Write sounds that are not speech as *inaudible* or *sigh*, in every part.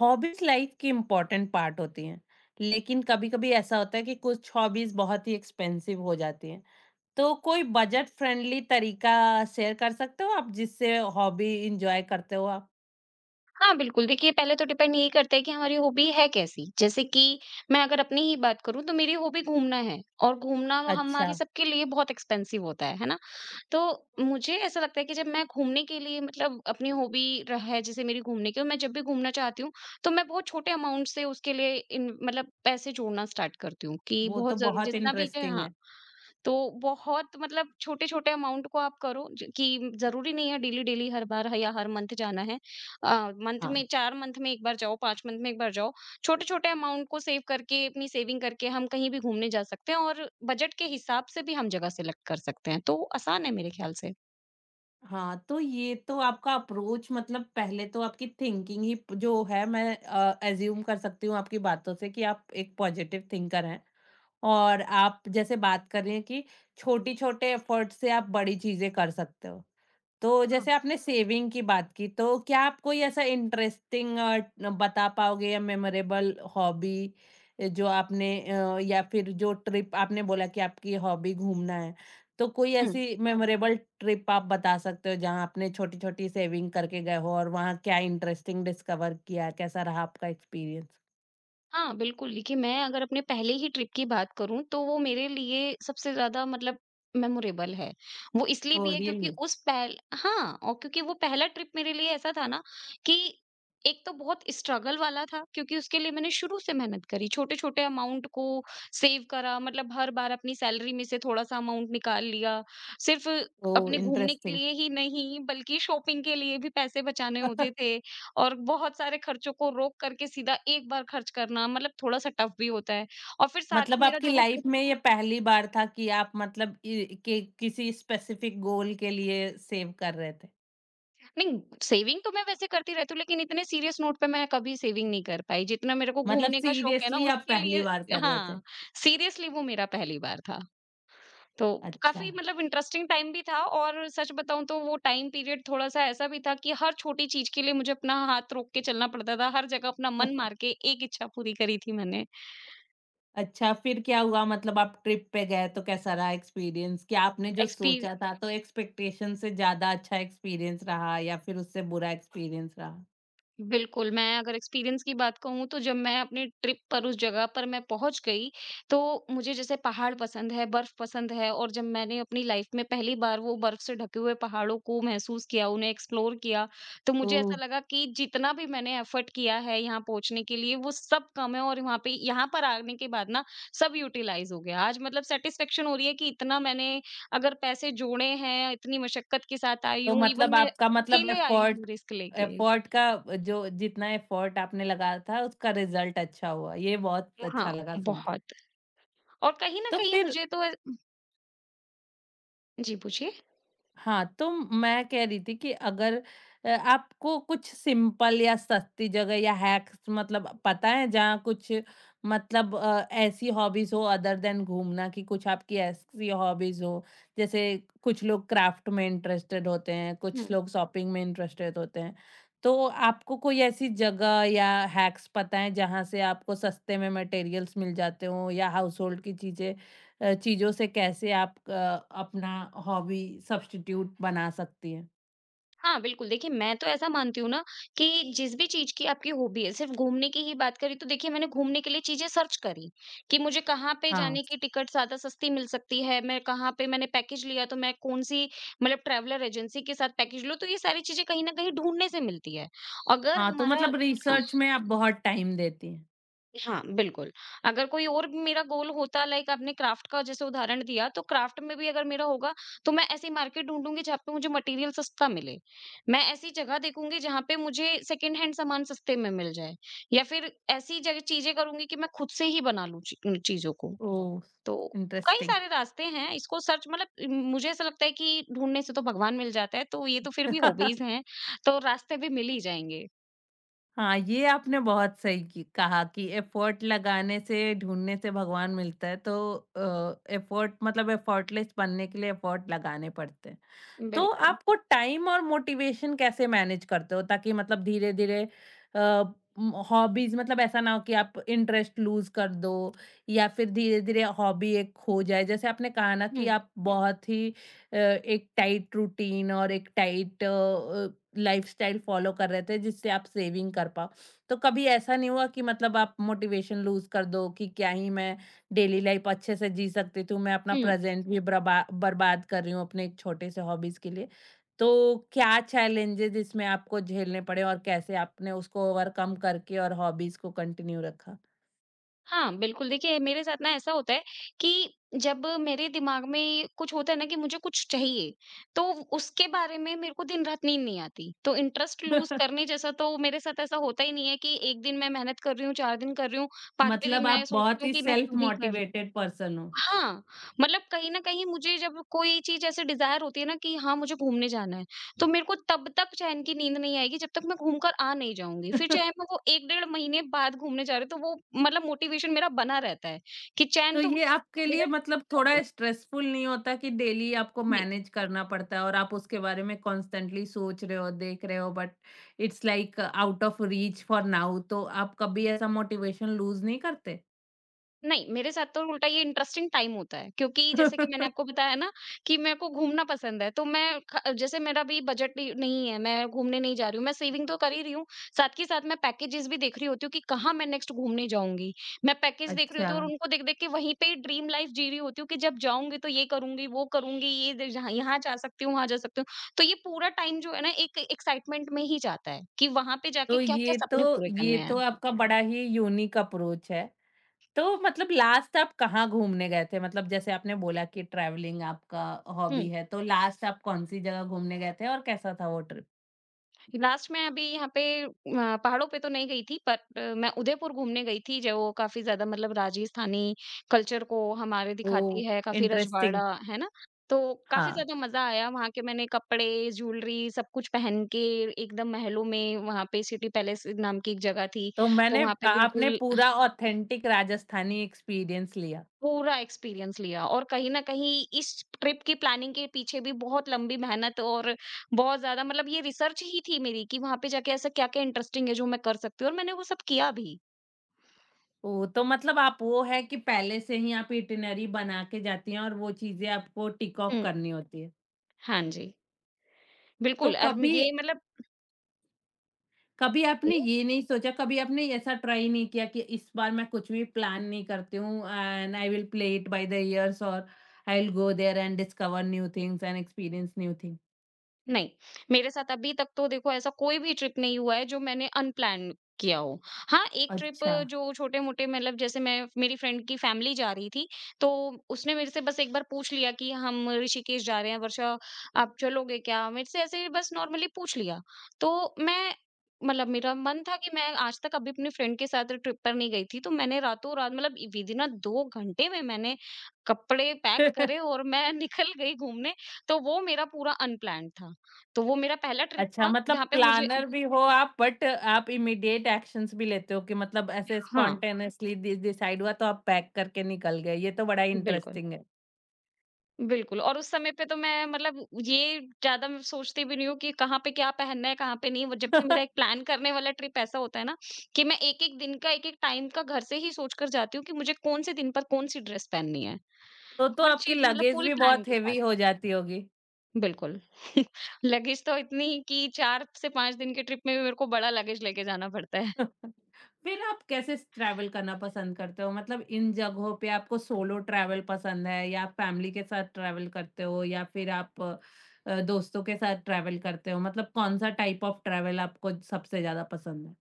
Hobbies life की important part होती हैं, लेकिन कभी-कभी ऐसा होता है कि कुछ हॉबीज बहुत ही एक्सपेंसिव हो जाती हैं। तो कोई बजट फ्रेंडली तरीका शेयर कर सकते हो आप जिससे हॉबी एंजॉय करते हो आप? हाँ, बिल्कुल। देखिए, पहले तो डिपेंड यही करता है कि हमारी हॉबी है कैसी। जैसे कि मैं अगर अपनी ही बात करूँ तो मेरी हॉबी घूमना है और घूमना वो हमारे अच्छा, सबके लिए बहुत एक्सपेंसिव होता है ना? तो मुझे ऐसा लगता है कि जब मैं घूमने के लिए मतलब अपनी हॉबी र है, जैसे मेरी घूमने की, और मैं जब भी घूमना चाहती हूँ, तो मैं बहुत छोटे अमाउंट से उसके लिए इन मतलब पैसे जोड़ना स्टार्ट करती हूँ कि वो तो बहुत ज़रूर बहुत जितना भी जो है, इंटरेस्टिंग हाँ। है। तो बहुत मतलब छोटे-छोटे अमाउंट को आप करो ज कि ज़रूरी नहीं है डेली-डेली हर बार ह या हर मंथ जाना है। अ, मंथ में हाँ। 4 मंथ में 1 बार जाओ, 5 मंथ में 1 बार जाओ। छोटे-छोटे अमाउंट को सेव करके, अपनी सेविंग करके हम कहीं भी घूमने जा सकते हैं और बजट के हिसाब से भी हम जगह सेलेक्ट कर सकते हैं। तो आसान है मेरे ख़्याल से। हाँ, तो ये तो आपका अप्रोच मतलब पहले तो आपकी थिंकिंग ही प जो है मैं अज़्यूम कर सकती हूँ आपकी बातों से कि आप एक पॉजिटिव थिंकर हैं। और आप जैसे बात कर रही हैं कि छोटी-छोटे एफर्ट से आप बड़ी चीज़ें कर सकते हो। तो हाँ। जैसे आपने सेविंग की बात की, तो क्या आप कोई ऐसा इंटरेस्टिंग बता पाओगे या मेमोरेबल हॉबी जो आपने या फिर जो ट्रिप आपने बोला कि आपकी हॉबी घूमना है, तो कोई हुँ। ऐसी मेमोरेबल ट्रिप आप बता सकते हो जहाँ आपने छोटी-छोटी सेविंग करके गए हो और वहाँ क्या इंटरेस्टिंग डिस्कवर किया? कैसा रहा आपका एक्सपीरियंस? हाँ, बिल्कुल, देखिए, मैं अगर अपने पहले ही ट्रिप की बात करूँ तो वो मेरे लिए सबसे ज़्यादा मतलब मेमोरेबल है। वो इसलिए भी ओह है क्योंकि रियली? उस पहल हाँ, और क्योंकि वो पहला ट्रिप मेरे लिए ऐसा था ना कि एक तो बहुत स्ट्रगल वाला था, क्योंकि उसके लिए मैंने शुरू से मेहनत करी, छोटे-छोटे अमाउंट को सेव करा, मतलब हर बार अपनी सैलरी में से थोड़ा-सा अमाउंट निकाल लिया। सिर्फ़ ओह अपने घूमने के इंटरेस्टिंग। लिए ही नहीं बल्कि शॉपिंग के लिए भी पैसे बचाने होते *laughs* थे। और बहुत सारे खर्चों को रोक करके सीधा एक बार खर्च करना मतलब थोड़ा-सा टफ भी होता है। और फिर साथ मतलब में मेरा आपकी जो वो लाइफ ट्रिप। में ये पहली बार था कि आप मतलब इ कि किसी स्पेसिफिक गोल के लिए सेव कर रहे थे? नहीं, सेविंग तो मैं वैसे करती रहती हूँ, लेकिन इतने सीरियस नोट पे मैं कभी सेविंग नहीं कर पाई। जितना मेरे को मतलब घूमने का शौक है ना, सीरियसली आप उसके पहली लिए। बार कर रहे हाँ, थे? सीरियसली वो मेरा पहली बार था। तो अच्छा। काफ़ी मतलब इंटरेस्टिंग टाइम भी था, और सच बताऊँ तो वो टाइम पीरियड थोड़ा-सा ऐसा भी था कि हर छोटी चीज़ के लिए मुझे अपना हाथ रोक के चलना पड़ता था। हर जगह अपना मन मार *laughs* के एक इच्छा पूरी करी थी मैंने। अच्छा फिर क्या हुआ मतलब आप ट्रिप पे गए तो कैसा रहा एक्सपीरियंस? क्या आपने जो एक्सपी सोचा था तो एक्सपेक्टेशन से ज़्यादा अच्छा एक्सपीरियंस रहा या फिर उससे बुरा एक्सपीरियंस रहा? बिल्कुल, मैं अगर एक्सपीरियंस की बात कहूँ, तो जब मैं अपनी ट्रिप पर, उस जगह पर मैं पहुँच गई, तो मुझे जैसे पहाड़ पसंद है, बर्फ़ पसंद है, और जब मैंने अपनी लाइफ़ में पहली बार वो बर्फ़ से ढके हुए पहाड़ों को महसूस किया, उन्हें एक्सप्लोर किया, तो मुझे ओह! ऐसा लगा कि जितना भी मैंने एफ़र्ट किया है यहाँ पहुँचने के लिए, वो सब कम है, और वहाँ पे, यहाँ पर आने के बाद ना, सब यूटिलाइज़ हो गया। आज मतलब सैटिस्फैक्शन हो रही है कि इतना मैंने अगर पैसे जोड़े हैं, इतनी मशक्कत के साथ आई तो हूँ, इवन मतलब मैं आपका मतलब अकेले आई हूँ एफर्ट रिस्क लेके। एफर्ट का जो जितना एफर्ट आपने लगाया था उसका रिजल्ट अच्छा हुआ। ये बहुत हाँ, अच्छा लगा सुन के। बहुत। और कहीं न तो कहीं फिर। मुझे तो। जी, पूछिए? हाँ, तो मैं कह रही थी कि अगर आपको कुछ सिंपल या सस्ती जगह या हैक्स मतलब पता है जहाँ कुछ मतलब ऐसी हॉबीज़ हो अदर दैन घूमना कि कुछ आपकी ऐसी हॉबीज़ हो, जैसे कुछ लोग क्राफ्ट में इंटरेस्टेड होते हैं, कुछ हुँ। लोग शॉपिंग में इंटरेस्टेड होते हैं। तो आपको कोई ऐसी जगह या हैक्स पता है जहाँ से आपको सस्ते में मटेरियल्स मिल जाते हों या हाउसहोल्ड की चीज़ें चीज़ों से कैसे आप अपना हॉबी सब्स्टिट्यूट बना सकती हैं। हाँ, बिल्कुल, देखिए, मैं तो ऐसा मानती हूँ ना कि जिस भी चीज़ की आपकी हॉबी है, सिर्फ़ घूमने की ही बात करें तो देखिए, मैंने घूमने के लिए चीज़ें सर्च करी, कि मुझे कहाँ पे हाँ, जाने की टिकट ज़्यादा सस्ती मिल सकती है, मैं कहाँ पे, मैंने पैकेज लिया तो मैं कौन-सी मतलब ट्रैवलर एजेंसी के साथ पैकेज लूँ, तो ये सारी चीज़ें कहीं न कहीं ढूँढने से मिलती है। अगर हाँ, तो हमारा। मतलब रिसर्च में आप बहुत टाइम देती हैं। हाँ, बिल्कुल। अगर कोई और मेरा गोल होता, लाइक आपने क्राफ्ट का जैसे उदाहरण दिया, तो क्राफ्ट में भी अगर मेरा होगा तो मैं ऐसी मार्केट ढूँढूँगी जहाँ पे मुझे मटेरियल सस्ता मिले। मैं ऐसी जगह देखूँगी जहाँ पे मुझे सेकंड हैंड सामान सस्ते में मिल जाए, या फिर ऐसी जगह चीज़ें करूँगी कि मैं खुद से ही बना लूँ ची उन चीज़ों को। ओह! तो कई इंटरेस्टिंग। सारे रास्ते हैं, इसको सर्च मतलब मुझे ऐसा लगता है कि ढूँढने से तो भगवान मिल जाता है, तो ये तो फिर भी हॉबीज़ *laughs* हैं, तो रास्ते भी मिल ही जाएँगे। हाँ, ये आपने बहुत सही की कहा कि एफर्ट लगाने से, ढूँढने से भगवान मिलता है, तो एफर्ट मतलब एफर्टलेस बनने के लिए एफर्ट लगाने पड़ते हैं। तो बिल्कुल। आपको टाइम और मोटिवेशन कैसे मैनेज करते हो ताकि मतलब धीरे-धीरे अ, हॉबीज मतलब ऐसा ना हो कि आप इंटरेस्ट लूज कर दो या फिर धीरे-धीरे हॉबी एक खो जाए। जैसे आपने कहा ना कि हुँ, आप बहुत ही एक टाइट रूटीन और एक टाइट लाइफस्टाइल फॉलो कर रहे थे जिससे आप सेविंग कर पाओ। तो कभी ऐसा नहीं हुआ कि मतलब आप मोटिवेशन लूज कर दो कि क्या ही मैं डेली लाइफ अच्छे से जी सकती थी, मैं अपना हुँ। प्रेज़ेंट भी ब्रबा बर्बाद कर रही हूँ अपने एक छोटे से हॉबीज़ के लिए। तो क्या चैलेंजेज़ इसमें आपको झेलने पड़े और कैसे आपने उसको ओवरकम करके और हॉबीज़ को कंटिन्यू रखा? हाँ, बिल्कुल। देखिए, मेरे साथ ना ऐसा होता है कि जब मेरे दिमाग में कुछ होता है ना, कि मुझे कुछ चाहिए, तो उसके बारे में मेरे को दिन-रात नींद नहीं आती। तो इंटरेस्ट लूज़ *laughs* करने जैसा तो मेरे साथ ऐसा होता ही नहीं है कि 1 दिन मैं मेहनत कर रही हूँ, 4 दिन कर रही हूँ, 5वें दिन मतलब मैं आप सोचती बहुत हूँ ही कि मैं सेल्फ क्यों ही कर। मोटिवेटेड पर्सन हो। हाँ, मतलब कहीं न कहीं मुझे जब कोई चीज़ ऐसे डिज़ायर होती है ना, कि हाँ, मुझे घूमने जाना है, तो मेरे को तब तक चैन की नींद नहीं आएगी जब तक मैं घूम कर आ नहीं जाऊँगी। फिर चाहे *laughs* मैं वो 1 डेढ़ महीने बाद घूमने जा रही हूँ, तो वो मतलब मोटिवेशन मेरा बना रहता है कि चैन तो तो ये मुझे तब आपके मिलेगा लिए मतलब जब मैं थोड़ा स्ट्रेसफुल नहीं होता कि डेली आपको जाऊँगी। मैनेज करना पड़ता है और आप उसके बारे में कॉन्स्टेंटली सोच रहे हो, देख रहे हो but it's like out of reach for now तो आप कभी ऐसा मोटिवेशन लूज़ नहीं करते? नहीं, मेरे साथ तो उल्टा ये इंटरेस्टिंग टाइम होता है, क्योंकि जैसे कि मैंने आपको *laughs* बताया ना कि मेरे को घूमना पसंद है, तो मैं ख जैसे मेरा भी बजट नहीं नहीं है, मैं घूमने नहीं जा रही हूँ, मैं सेविंग तो कर ही रही हूँ, साथ के साथ मैं पैकेजेज़ भी देख रही होती हूँ कि कहाँ मैं नेक्स्ट घूमने जाऊँगी। मैं पैकेज देख रही अच्छा, होती हूँ और उनको देख-देख के वहीं पे ड्रीम लाइफ़ जी रही होती हूँ कि जब जाऊँगी तो ये करूँगी, वो करूँगी, ये द जहाँ यहाँ जा सकती हूँ, वहाँ जा सकती हूँ। तो ये पूरा टाइम जो है ना, एक एक्साइटमेंट में ही जाता है कि वहाँ पे जाके तो क्या-क्या ये तो सपने पूरे ये करने हैं। तो आपका बड़ा ही यूनिक अप्रोच है। तो मतलब लास्ट आप कहाँ घूमने गए थे? मतलब जैसे आपने बोला कि ट्रैवलिंग आपका हुँ। हॉबी है, तो लास्ट आप कौन-सी जगह घूमने गए थे और कैसा था वो ट्रिप? लास्ट में अभी यहाँ पे पहाड़ों पे तो नहीं गई थी, बट मैं उदयपुर घूमने गई थी, जो काफ़ी ज़्यादा मतलब राजस्थानी कल्चर को हमारे ओह! दिखाती है, काफ़ी इंटरेस्टिंग। रजवाड़ा, है ना? तो काफ़ी हाँ। ज़्यादा मज़ा आया, वहाँ के मैंने कपड़े, ज्वेलरी सब कुछ पहन के, एकदम महलों में, वहाँ पे सिटी पैलेस नाम की एक जगह थी, तो तो वहाँ पे आपने बिल्कुल पूरा ऑथेंटिक राजस्थानी एक्सपीरियंस लिया। पूरा एक्सपीरियंस लिया, और कहीं न कहीं इस ट्रिप की प्लानिंग के पीछे भी बहुत लंबी मेहनत और बहुत ज़्यादा मतलब ये रिसर्च ही थी मेरी कि वहाँ पे जाके ऐसा क्या-क्या इंटरेस्टिंग है जो मैं कर सकती हूँ, और मैंने वो सब किया भी। ओह! तो मतलब आप वो है कि पहले से ही आप इटिनरी बना के जाती हैं और वो चीज़ें आपको टिक ऑफ हुँ। करनी होती है। हाँ जी, तो बिल्कुल, और कभी ये मतलब। कभी आपने ये नहीं सोचा, कभी आपने ऐसा ट्राई नहीं किया कि इस बार मैं कुछ भी प्लान नहीं करती हूँ and I will play it by the years और I will go there and discover new things and experience new thing? नहीं, मेरे साथ अभी तक तो देखो ऐसा कोई भी ट्रिप नहीं हुआ है जो मैंने अनप्लान किया हो। हाँ, एक ट्रिप अच्छा। जो छोटे-मोटे, मतलब जैसे मैं, मेरी फ्रेंड की फैमिली जा रही थी, तो उसने मेरे से बस एक बार पूछ लिया कि हम ऋषिकेश जा रहे हैं, वर्षा, आप चलोगे क्या? मेरे से ऐसे ही बस नॉर्मली पूछ लिया। तो मैं मतलब, मेरा मन था कि मैं आज तक कभी अपनी फ्रेंड के साथ ट्रिप पर नहीं गई थी, तो मैंने रातों-रात मतलब विदिन अ 2 घंटे में मैंने कपड़े पैक करे *laughs* और मैं *laughs* निकल गई घूमने, तो वो मेरा पूरा अनप्लान्ड था। तो वो मेरा पहला ट्रिप अच्छा, था मतलब जहाँ पे मुझे। प्लानर भी हो आप बट आप इमीडिएट एक्शंस भी लेते हो कि मतलब ऐसे हाँ, स्पॉन्टेनियसली डि डिसाइड हुआ तो आप पैक करके निकल गए, ये तो बड़ा बिल्कुल, इंटरेस्टिंग है। बिल्कुल, और उस समय पे तो मैं मतलब ये ज़्यादा मैं सोचती भी नहीं हूँ कि कहाँ पे क्या पहनना है, कहाँ पे नहीं। वो जबकि मेरा एक *laughs* प्लान करने वाला ट्रिप ऐसा होता है ना, कि मैं एक-एक दिन का, एक-एक टाइम का घर से ही सोच कर जाती हूँ कि मुझे कौन-से दिन पर कौन-सी ड्रेस पहननी है। तो हर आपकी चीज़ मतलब लगेज पूरी भी प्लान बहुत के साथ। हेवी हो जाती होगी। बिल्कुल। *laughs* लगेज तो इतनी कि 4 से 5 दिन के ट्रिप में भी मेरे को बड़ा लगेज लेके जाना पड़ता है। *laughs* फिर आप कैसे स ट्रैवल करना पसंद करते हो? मतलब इन जगहों पे आपको सोलो ट्रैवल पसंद है या आप फैमिली के साथ ट्रैवल करते हो या फिर आप दोस्तों के साथ ट्रैवल करते हो? मतलब कौन-सा टाइप ऑफ ट्रैवल आपको सबसे ज़्यादा पसंद है?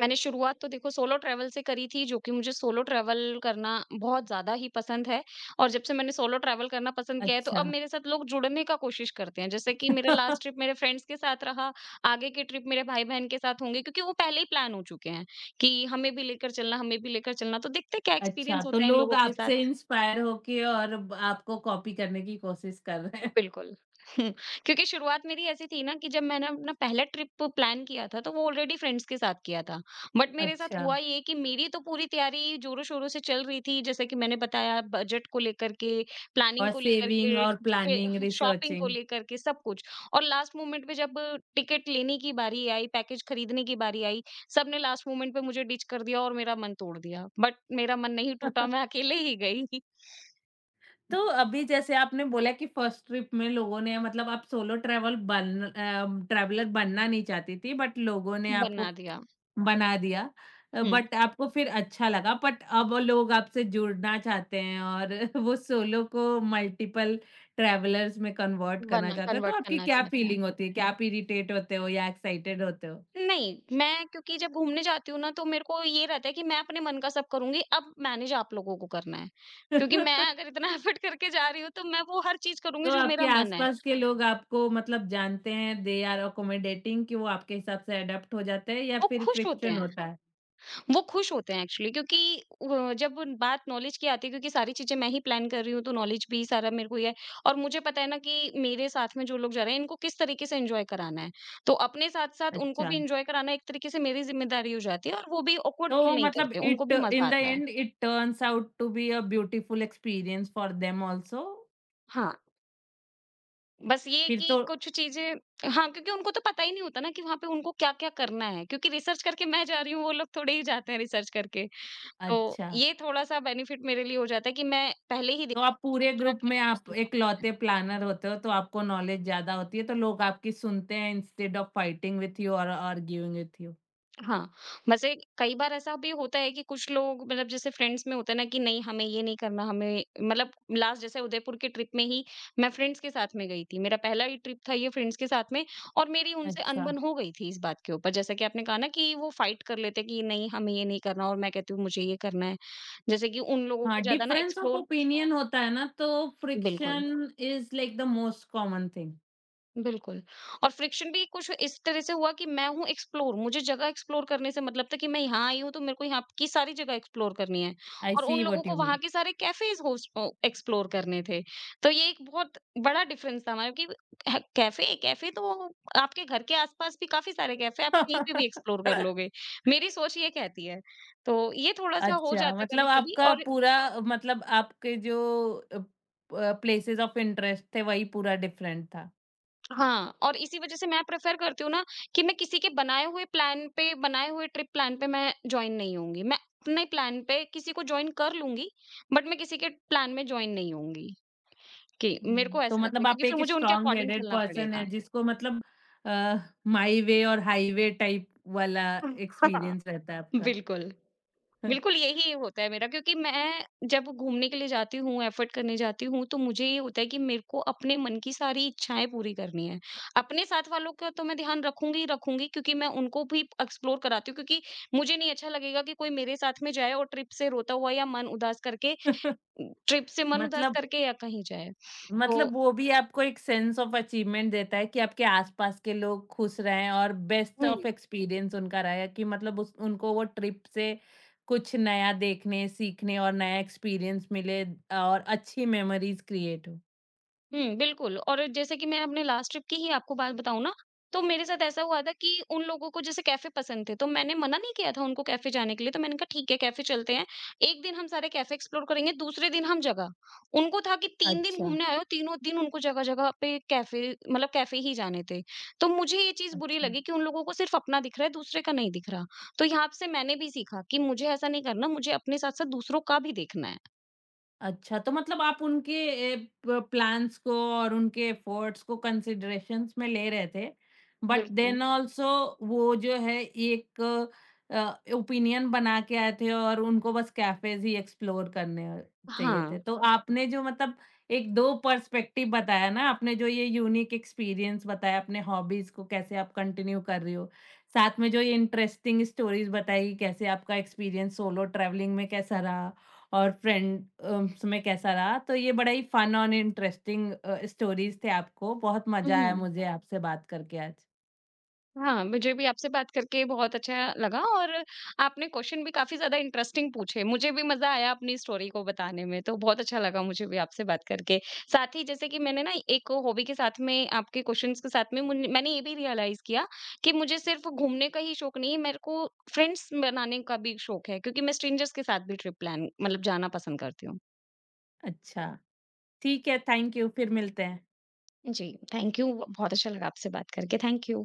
मैंने शुरुआत तो देखो सोलो ट्रैवल से करी थी, जो कि मुझे सोलो ट्रैवल करना बहुत ज़्यादा ही पसंद है, और जब से मैंने सोलो ट्रैवल करना पसंद किया है, तो अच्छा। अब मेरे साथ लोग जुड़ने का कोशिश करते हैं। जैसे कि मेरा लास्ट ट्रिप *laughs* मेरे फ्रेंड्स के साथ रहा, आगे के ट्रिप मेरे भाई-बहन के साथ होंगे, क्योंकि वो पहले ही प्लान हो चुके हैं कि हमें भी लेकर चलना, हमें भी लेकर चलना। तो देखते हैं क्या एक्सपीरियंस अच्छा, तो होता है इन लोग लोगों के आपसे साथ। इंस्पायर होके और ब आपको कॉपी करने की कोशिश कर रहे हैं। बिल्कुल। *laughs* क्योंकि शुरुआत मेरी ऐसी थी ना, कि जब मैंने अपना पहला ट्रिप प्लान किया था, तो वो ऑलरेडी फ्रेंड्स के साथ किया था। बट मेरे साथ अच्छा हुआ ये कि मेरी तो पूरी तैयारी जोरों-शोरों से चल रही थी, जैसे कि मैंने बताया, बजट को लेकर के, प्लानिंग और को लेकर सेविंग के, और शे प्लानिंग, शॉपिंग को रिसर्चिंग। लेकर के, सब कुछ। और लास्ट मोमेंट पे जब टिकट लेने की बारी आई, पैकेज खरीदने की बारी आई, सबने लास्ट मोमेंट पे मुझे डिच कर दिया और मेरा मन तोड़ दिया। बट मेरा मन नहीं टूटा, *laughs* मैं अकेले ही गई। *laughs* तो अभी जैसे आपने बोला कि फर्स्ट ट्रिप में लोगों ने मतलब आप सोलो ट्रैवल ट्रैवलर बनना नहीं चाहती थी बट लोगों ने आपको बना दिया। बना दिया हुँ, बट आपको फिर अच्छा लगा बट अब लोग आपसे जुड़ना चाहते हैं और *laughs* वो सोलो को मल्टीपल ट्रैवलर्स में कन्वर्ट करना बना चाहते हैं तो कन्वर्ट आपकी करना क्या चाहते हैं। फीलिंग होती है क्या आप इरिटेट होते हो या एक्साइटेड होते नहीं, मैं क्योंकि जब घूमने जाती हूँ ना, तो मेरे को ये रहता है कि मैं अपने मन का सब करूँगी, अब मैनेज आप लोगों को करना है। हो क्योंकि मैं *laughs* अगर इतना *laughs* एफर्ट करके जा रही हूँ तो मैं वो हर चीज़ करूँगी तो जो मेरा आपके मन है। आसपास के लोग आपको मतलब जानते हैं, दे आर अकोमोडेटिंग कि वो आपके हिसाब से एडॉप्ट हो जाते हैं या वो फिर खुश होते फ्रिक्शन हैं, होता है? वो खुश होते हैं एक्चुअली, क्योंकि जब उन बात नॉलेज की आती है, क्योंकि सारी चीज़ें मैं ही प्लान कर रही हूँ तो नॉलेज भी सारा मेरे को ही है, और मुझे पता है ना कि मेरे साथ में जो लोग जा रहे हैं इनको किस तरीके से एन्जॉय कराना है। तो अपने साथ-साथ उनको अच्छा, भी एन्जॉय कराना एक तरीके से मेरी ज़िम्मेदारी हो जाती है और वो भी ऑकवर्ड फ़ील तो नहीं मतलब करते, उनको इट भी मज़ा इन द आता है। And it turns out to be a beautiful experience for them also? हाँ। बस ये फिर कि तो। कुछ चीज़ें। हाँ, क्योंकि उनको तो पता ही नहीं होता ना कि वहाँ पे उनको क्या-क्या करना है, क्योंकि रिसर्च करके मैं जा रही हूँ, वो लोग थोड़े ही जाते हैं रिसर्च करके। तो अच्छा, ये थोड़ा-सा बेनिफिट मेरे लिए हो जाता है कि मैं पहले ही देख। तो आप पूरे क्या ग्रुप में आप क्या। इकलौते प्लानर होते हो, तो आपको नॉलेज ज़्यादा होती है, तो लोग आपकी सुनते हैं instead of fighting with you और आर्ग्यूइंग विथ यू। हाँ, वैसे कई बार ऐसा भी होता है कि कुछ लोग मतलब जैसे फ्रेंड्स में होता है ना कि नहीं हमें ये नहीं करना हमें मतलब। लास्ट जैसे उदयपुर की ट्रिप में ही मैं फ्रेंड्स के साथ में गई थी। मेरा पहला ही ट्रिप था ये फ्रेंड्स के साथ में। और मेरी उनसे अच्छा। अनबन हो गई थी इस बात के ऊपर। जैसा कि आपने कहा ना कि वो फाइट कर लेते हैं कि नहीं हमें ये नहीं करना और मैं कहती हूँ मुझे ये करना है। जैसे कि उन लोगों हाँ, को ज़्यादा ना डिफरेंस ऑफ एक्सप्लोर। ओपिनियन होता है ना तो बिल्कुल। Friction is like the most common thing. बिल्कुल। और फ्रिक्शन भी कुछ इस तरह से हुआ कि मैं हूँ एक्सप्लोर, मुझे जगह एक्सप्लोर करने से मतलब था कि मैं यहाँ आई हूँ तो मेरे को यहाँ की सारी जगह एक्सप्लोर करनी है आई और उन सी लोगों व्हाट को यू वहाँ मीन। के सारे कैफ़ेज़ एक्सप्लोर करने थे। तो ये एक बहुत बड़ा डिफ़रेंस था हमारा कि। ह कैफ़े कैफ़े तो आपके घर के आस-पास भी काफ़ी सारे कैफ़े हैं, आप कहीं पे भी एक्सप्लोर कर लोगे। *laughs* मेरी सोच ये कहती है। तो ये थोड़ा-सा हो अच्छा, जाता है मतलब कभी-कभी आपका और। पूरा मतलब आपके जो अ, प्लेसेस ऑफ इंटरेस्ट थे वही पूरा डिफरेंट था। हाँ, और इसी वजह से मैं प्रेफ़र करती हूँ ना कि मैं किसी के बनाए हुए प्लान पे बनाए हुए ट्रिप प्लान पे मैं जॉइन नहीं होंगी। मैं अपने प्लान पे किसी को जॉइन कर लूँगी, बट मैं किसी के प्लान में जॉइन नहीं होंगी कि मेरे हुँ। को तो ऐसा लगता है मतलब क्योंकि आप फिर एक मुझे उनके स्ट्रॉन्ग अकॉर्डिंग हेडेड चलना पर्सन पड़ेगा। है जिसको मतलब अ, माई वे और हाईवे टाइप वाला *laughs* हाँ, एक्सपीरियंस रहता है आपका। बिल्कुल। बिल्कुल, यही होता है मेरा क्योंकि मैं जब घूमने के लिए जाती हूँ, एफ़र्ट करने जाती हूँ, तो मुझे ये होता है कि मेरे को अपने मन की सारी इच्छाएँ पूरी करनी हैं। अपने साथ वालों का तो मैं ध्यान रखूँगी ही रखूँगी क्योंकि मैं उनको भी एक्सप्लोर कराती हूँ क्योंकि मुझे नहीं अच्छा लगेगा कि कोई मेरे साथ में जाए और ट्रिप से रोता हुआ या मन उदास करके *laughs* ट्रिप से मन उदास मतलब करके या कहीं जाए। मतलब तो। वो भी आपको एक सेंस ऑफ अचीवमेंट देता है कि आपके आसपास के लोग खुश रहें और बेस्ट हुँ। ऑफ एक्सपीरियंस उनका रहा है कि मतलब उस उनको वो ट्रिप से कुछ नया देखने, सीखने और नया एक्सपीरियंस मिले और अच्छी मेमोरीज क्रिएट हो। हुँ, बिल्कुल और जैसे कि मैं अपने लास्ट ट्रिप की ही आपको बात बताऊँ ना, तो मेरे साथ ऐसा हुआ था कि उन लोगों को जैसे कैफ़े पसंद थे, तो मैंने मना नहीं किया था उनको कैफ़े जाने के लिए, तो मैंने कहा ठीक है कैफ़े चलते हैं। एक दिन हम सारे कैफ़े एक्सप्लोर करेंगे, दूसरे दिन हम जगह। उनको था कि 3 दिन अच्छा, घूमने आए हो, तीनों दिन उनको जगह-जगह पे कैफ़े मतलब कैफ़े ही जाने थे। तो मुझे ये चीज़ बुरी अच्छा। लगी कि उन लोगों को सिर्फ़ अपना दिख रहा है, दूसरे का नहीं दिख रहा। तो यहाँ से मैंने भी सीखा कि मुझे ऐसा नहीं करना, मुझे अपने साथ-साथ दूसरों का भी देखना है। अच्छा, तो मतलब आप उनके ए, प प्लान्स को और उनके एफर्ट्स को कंसिडरेशंस में ले रहे थे। बट बिल्कुल। देन ऑल्सो वो जो है एक ओपिनियन बना के आए थे और उनको बस कैफ़ेज़ ही एक्सप्लोर करने चाहिए हाँ। थे। तो आपने जो मतलब एक 2 पर्सपेक्टिव बताया ना, आपने जो ये यूनिक एक्सपीरियंस बताया, अपने हॉबीज़ को कैसे आप कंटिन्यू कर रही हो। साथ में जो ये इंटरेस्टिंग स्टोरीज़ बताई, कैसे आपका एक्सपीरियंस सोलो ट्रैवलिंग में कैसा रहा। और फ्रेंड उसमें कैसा रहा? तो ये बड़ा ही फन और इंटरेस्टिंग स्टोरीज़ थे आपको। बहुत हुँ, मज़ा आया हुँ। मुझे आपसे बात करके आज। हाँ, मुझे भी आपसे बात करके बहुत अच्छा लगा और आपने क्वेश्चन भी काफ़ी ज़्यादा इंटरेस्टिंग पूछे। मुझे भी मज़ा आया अपनी स्टोरी को बताने में, तो बहुत अच्छा लगा मुझे भी आपसे बात करके। साथ ही जैसे कि मैंने ना एक हॉबी के साथ में आपके क्वेश्चन्स के साथ में मुन मैंने ये भी रियलाइज़ किया कि मुझे सिर्फ़ घूमने का ही शौक नहीं है, मेरे को फ्रेंड्स बनाने का भी शौक है क्योंकि मैं स्ट्रेंजर्स के साथ भी ट्रिप प्लान मतलब जाना पसंद करती हूँ। अच्छा, ठीक है, थैंक यू। फिर मिलते हैं। जी, थैंक यू। बहुत अच्छा लगा आपसे बात करके। Thank you.